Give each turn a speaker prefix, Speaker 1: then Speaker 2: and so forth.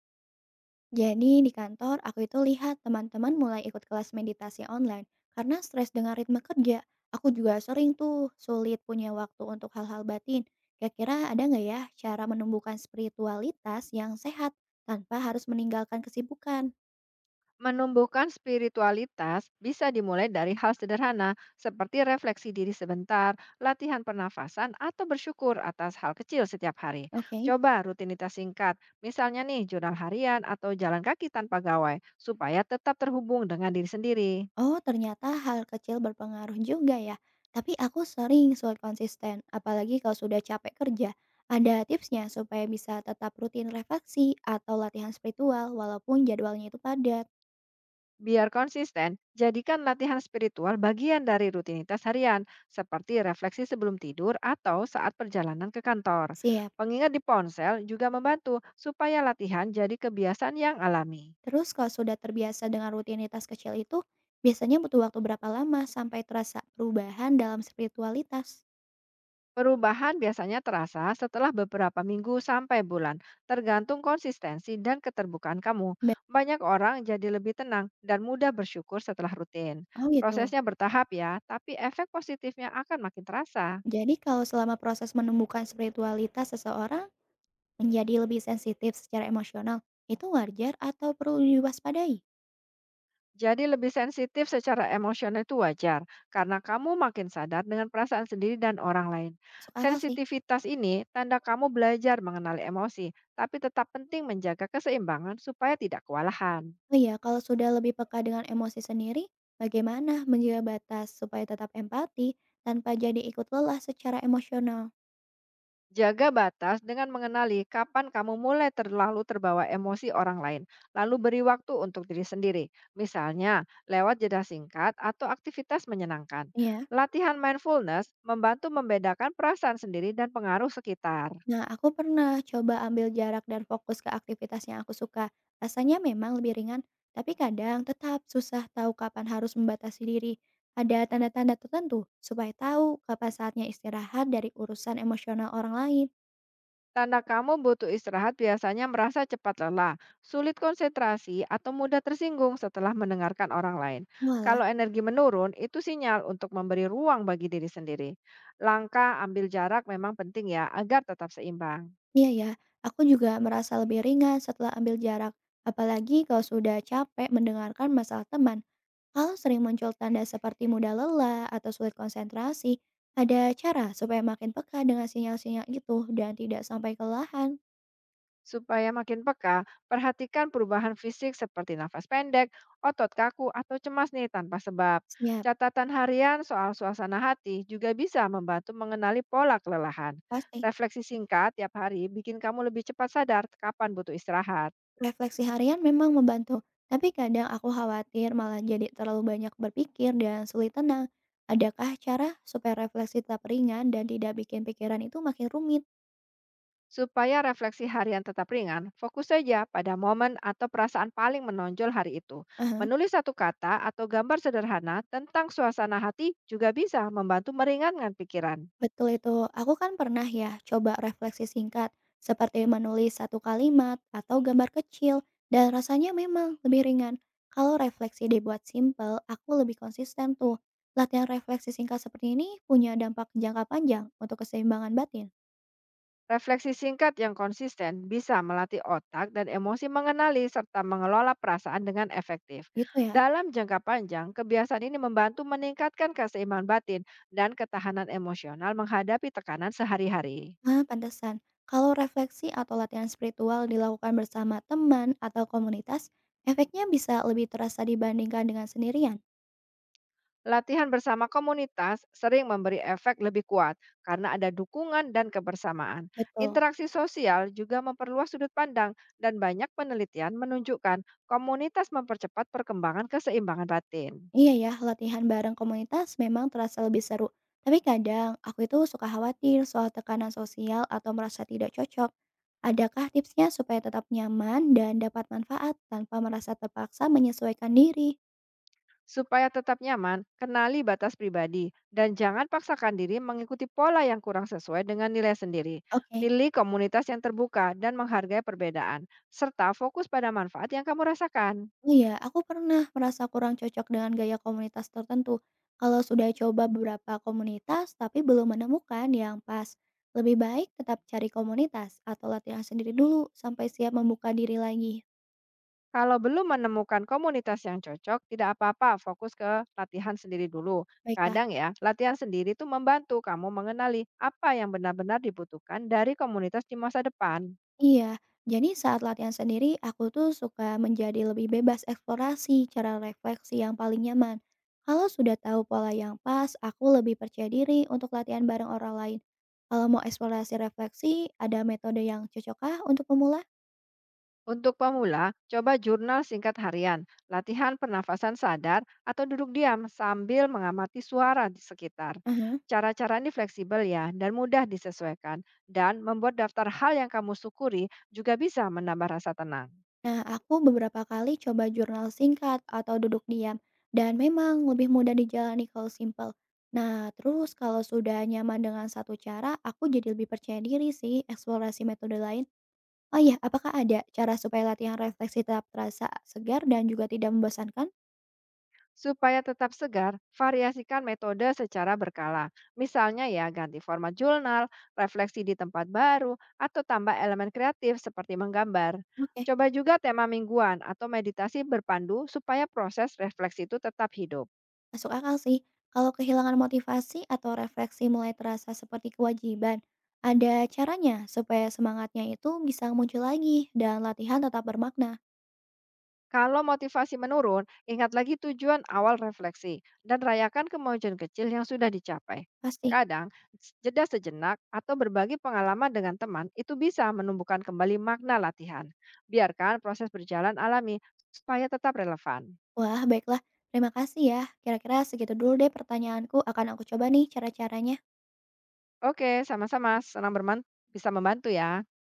Speaker 1: Jadi di kantor aku itu lihat teman-teman mulai ikut kelas meditasi online karena stres dengan ritme kerja. Aku juga sering tuh sulit punya waktu untuk hal-hal batin. Kira-kira ada nggak ya cara menumbuhkan spiritualitas yang sehat tanpa harus meninggalkan kesibukan?
Speaker 2: Menumbuhkan spiritualitas bisa dimulai dari hal sederhana, seperti refleksi diri sebentar, latihan pernafasan, atau bersyukur atas hal kecil setiap hari.
Speaker 1: Oke.
Speaker 2: Coba rutinitas singkat, misalnya nih jurnal harian atau jalan kaki tanpa gawai, supaya tetap terhubung dengan diri sendiri.
Speaker 1: Oh, ternyata hal kecil berpengaruh juga ya. Tapi aku sering sulit konsisten, apalagi kalau sudah capek kerja. Ada tipsnya supaya bisa tetap rutin refleksi atau latihan spiritual walaupun jadwalnya itu padat.
Speaker 2: Biar konsisten, jadikan latihan spiritual bagian dari rutinitas harian, seperti refleksi sebelum tidur atau saat perjalanan ke kantor.
Speaker 1: Siap.
Speaker 2: Pengingat di ponsel juga membantu supaya latihan jadi kebiasaan yang alami.
Speaker 1: Terus kalau sudah terbiasa dengan rutinitas kecil itu, biasanya butuh waktu berapa lama sampai terasa perubahan dalam spiritualitas?
Speaker 2: Perubahan biasanya terasa setelah beberapa minggu sampai bulan, tergantung konsistensi dan keterbukaan kamu.
Speaker 1: Ba-
Speaker 2: Banyak orang jadi lebih tenang dan mudah bersyukur setelah rutin.
Speaker 1: Oh, gitu.
Speaker 2: Prosesnya bertahap ya, tapi efek positifnya akan makin terasa.
Speaker 1: Jadi kalau selama proses menemukan spiritualitas seseorang menjadi lebih sensitif secara emosional, itu wajar atau perlu diwaspadai?
Speaker 2: Jadi lebih sensitif secara emosional itu wajar, karena kamu makin sadar dengan perasaan sendiri dan orang lain.
Speaker 1: Masuk akal sih.
Speaker 2: Sensitivitas ini tanda kamu belajar mengenali emosi, tapi tetap penting menjaga keseimbangan supaya tidak kewalahan.
Speaker 1: Oh iya, kalau sudah lebih peka dengan emosi sendiri, bagaimana menjaga batas supaya tetap empati tanpa jadi ikut lelah secara emosional?
Speaker 2: Jaga batas dengan mengenali kapan kamu mulai terlalu terbawa emosi orang lain, lalu beri waktu untuk diri sendiri. Misalnya, lewat jeda singkat atau aktivitas menyenangkan.
Speaker 1: Iya.
Speaker 2: Latihan mindfulness membantu membedakan perasaan sendiri dan pengaruh sekitar.
Speaker 1: Nah, aku pernah coba ambil jarak dan fokus ke aktivitas yang aku suka. Rasanya memang lebih ringan, tapi kadang tetap susah tahu kapan harus membatasi diri. Ada tanda-tanda tertentu supaya tahu kapan saatnya istirahat dari urusan emosional orang lain.
Speaker 2: Tanda kamu butuh istirahat biasanya merasa cepat lelah, sulit konsentrasi, atau mudah tersinggung setelah mendengarkan orang lain.
Speaker 1: Walah,
Speaker 2: Kalau energi menurun, itu sinyal untuk memberi ruang bagi diri sendiri. Langkah ambil jarak memang penting ya, agar tetap seimbang.
Speaker 1: iya ya, aku juga merasa lebih ringan setelah ambil jarak. Apalagi kalau sudah capek mendengarkan masalah teman. Kalau sering muncul tanda seperti mudah lelah atau sulit konsentrasi, ada cara supaya makin peka dengan sinyal-sinyal itu dan tidak sampai kelelahan.
Speaker 2: Supaya makin peka, perhatikan perubahan fisik seperti nafas pendek, otot kaku, atau cemas nih tanpa sebab.
Speaker 1: Siap,
Speaker 2: Catatan harian soal suasana hati juga bisa membantu mengenali pola kelelahan.
Speaker 1: pasti.
Speaker 2: Refleksi singkat tiap hari bikin kamu lebih cepat sadar kapan butuh istirahat.
Speaker 1: Refleksi harian memang membantu, tapi kadang aku khawatir malah jadi terlalu banyak berpikir dan sulit tenang. Adakah cara supaya refleksi tetap ringan dan tidak bikin pikiran itu makin rumit?
Speaker 2: Supaya refleksi harian tetap ringan, fokus saja pada momen atau perasaan paling menonjol hari itu.
Speaker 1: Aha.
Speaker 2: Menulis satu kata atau gambar sederhana tentang suasana hati juga bisa membantu meringankan pikiran.
Speaker 1: Betul itu. Aku kan pernah ya coba refleksi singkat, seperti menulis satu kalimat atau gambar kecil, dan rasanya memang lebih ringan. Kalau refleksi dibuat simpel, aku lebih konsisten tuh. Latihan refleksi singkat seperti ini punya dampak jangka panjang untuk keseimbangan batin.
Speaker 2: Refleksi singkat yang konsisten bisa melatih otak dan emosi mengenali serta mengelola perasaan dengan efektif.
Speaker 1: Gitu ya.
Speaker 2: Dalam jangka panjang, kebiasaan ini membantu meningkatkan keseimbangan batin dan ketahanan emosional menghadapi tekanan sehari-hari.
Speaker 1: Ah, pantesan. Kalau refleksi atau latihan spiritual dilakukan bersama teman atau komunitas, efeknya bisa lebih terasa dibandingkan dengan sendirian.
Speaker 2: Latihan bersama komunitas sering memberi efek lebih kuat karena ada dukungan dan kebersamaan.
Speaker 1: Betul.
Speaker 2: Interaksi sosial juga memperluas sudut pandang dan banyak penelitian menunjukkan komunitas mempercepat perkembangan keseimbangan batin.
Speaker 1: Iya ya, latihan bareng komunitas memang terasa lebih seru. Tapi kadang aku itu suka khawatir soal tekanan sosial atau merasa tidak cocok. Adakah tipsnya supaya tetap nyaman dan dapat manfaat tanpa merasa terpaksa menyesuaikan diri?
Speaker 2: Supaya tetap nyaman, kenali batas pribadi dan jangan paksakan diri mengikuti pola yang kurang sesuai dengan nilai sendiri.
Speaker 1: Oke.
Speaker 2: Pilih komunitas yang terbuka dan menghargai perbedaan, serta fokus pada manfaat yang kamu rasakan.
Speaker 1: Oh iya, aku pernah merasa kurang cocok dengan gaya komunitas tertentu. Kalau sudah coba beberapa komunitas tapi belum menemukan yang pas, lebih baik tetap cari komunitas atau latihan sendiri dulu sampai siap membuka diri lagi.
Speaker 2: Kalau belum menemukan komunitas yang cocok, tidak apa-apa, fokus ke latihan sendiri dulu.
Speaker 1: Baiklah.
Speaker 2: Kadang ya, latihan sendiri itu membantu kamu mengenali apa yang benar-benar dibutuhkan dari komunitas di masa depan.
Speaker 1: Iya, jadi saat latihan sendiri aku tuh suka menjadi lebih bebas eksplorasi cara refleksi yang paling nyaman. Kalau sudah tahu pola yang pas, aku lebih percaya diri untuk latihan bareng orang lain. Kalau mau eksplorasi refleksi, ada metode yang cocokkah untuk pemula?
Speaker 2: Untuk pemula, coba jurnal singkat harian, latihan pernafasan sadar, atau duduk diam sambil mengamati suara di sekitar.
Speaker 1: Aha.
Speaker 2: Cara-cara ini fleksibel ya dan mudah disesuaikan, dan membuat daftar hal yang kamu syukuri juga bisa menambah rasa tenang.
Speaker 1: Nah, aku beberapa kali coba jurnal singkat atau duduk diam, dan memang lebih mudah dijalani kalau simple. Nah, terus kalau sudah nyaman dengan satu cara, aku jadi lebih percaya diri sih eksplorasi metode lain. Oh iya, apakah ada cara supaya latihan refleksi tetap terasa segar dan juga tidak membosankan?
Speaker 2: Supaya tetap segar, variasikan metode secara berkala. Misalnya ya, ganti format jurnal, refleksi di tempat baru, atau tambah elemen kreatif seperti menggambar.
Speaker 1: Oke,
Speaker 2: Coba juga tema mingguan atau meditasi berpandu supaya proses refleksi itu tetap hidup.
Speaker 1: masuk akal sih. Kalau kehilangan motivasi atau refleksi mulai terasa seperti kewajiban, ada caranya supaya semangatnya itu bisa muncul lagi dan latihan tetap bermakna.
Speaker 2: Kalau motivasi menurun, ingat lagi tujuan awal refleksi dan rayakan kemajuan kecil yang sudah dicapai.
Speaker 1: Pasti.
Speaker 2: Kadang, jeda sejenak atau berbagi pengalaman dengan teman itu bisa menumbuhkan kembali makna latihan. Biarkan proses berjalan alami supaya tetap relevan.
Speaker 1: Wah, baiklah. Terima kasih ya. Kira-kira segitu dulu deh pertanyaanku. Akan aku coba nih cara-caranya.
Speaker 2: Oke, sama-sama. Senang bisa membantu ya.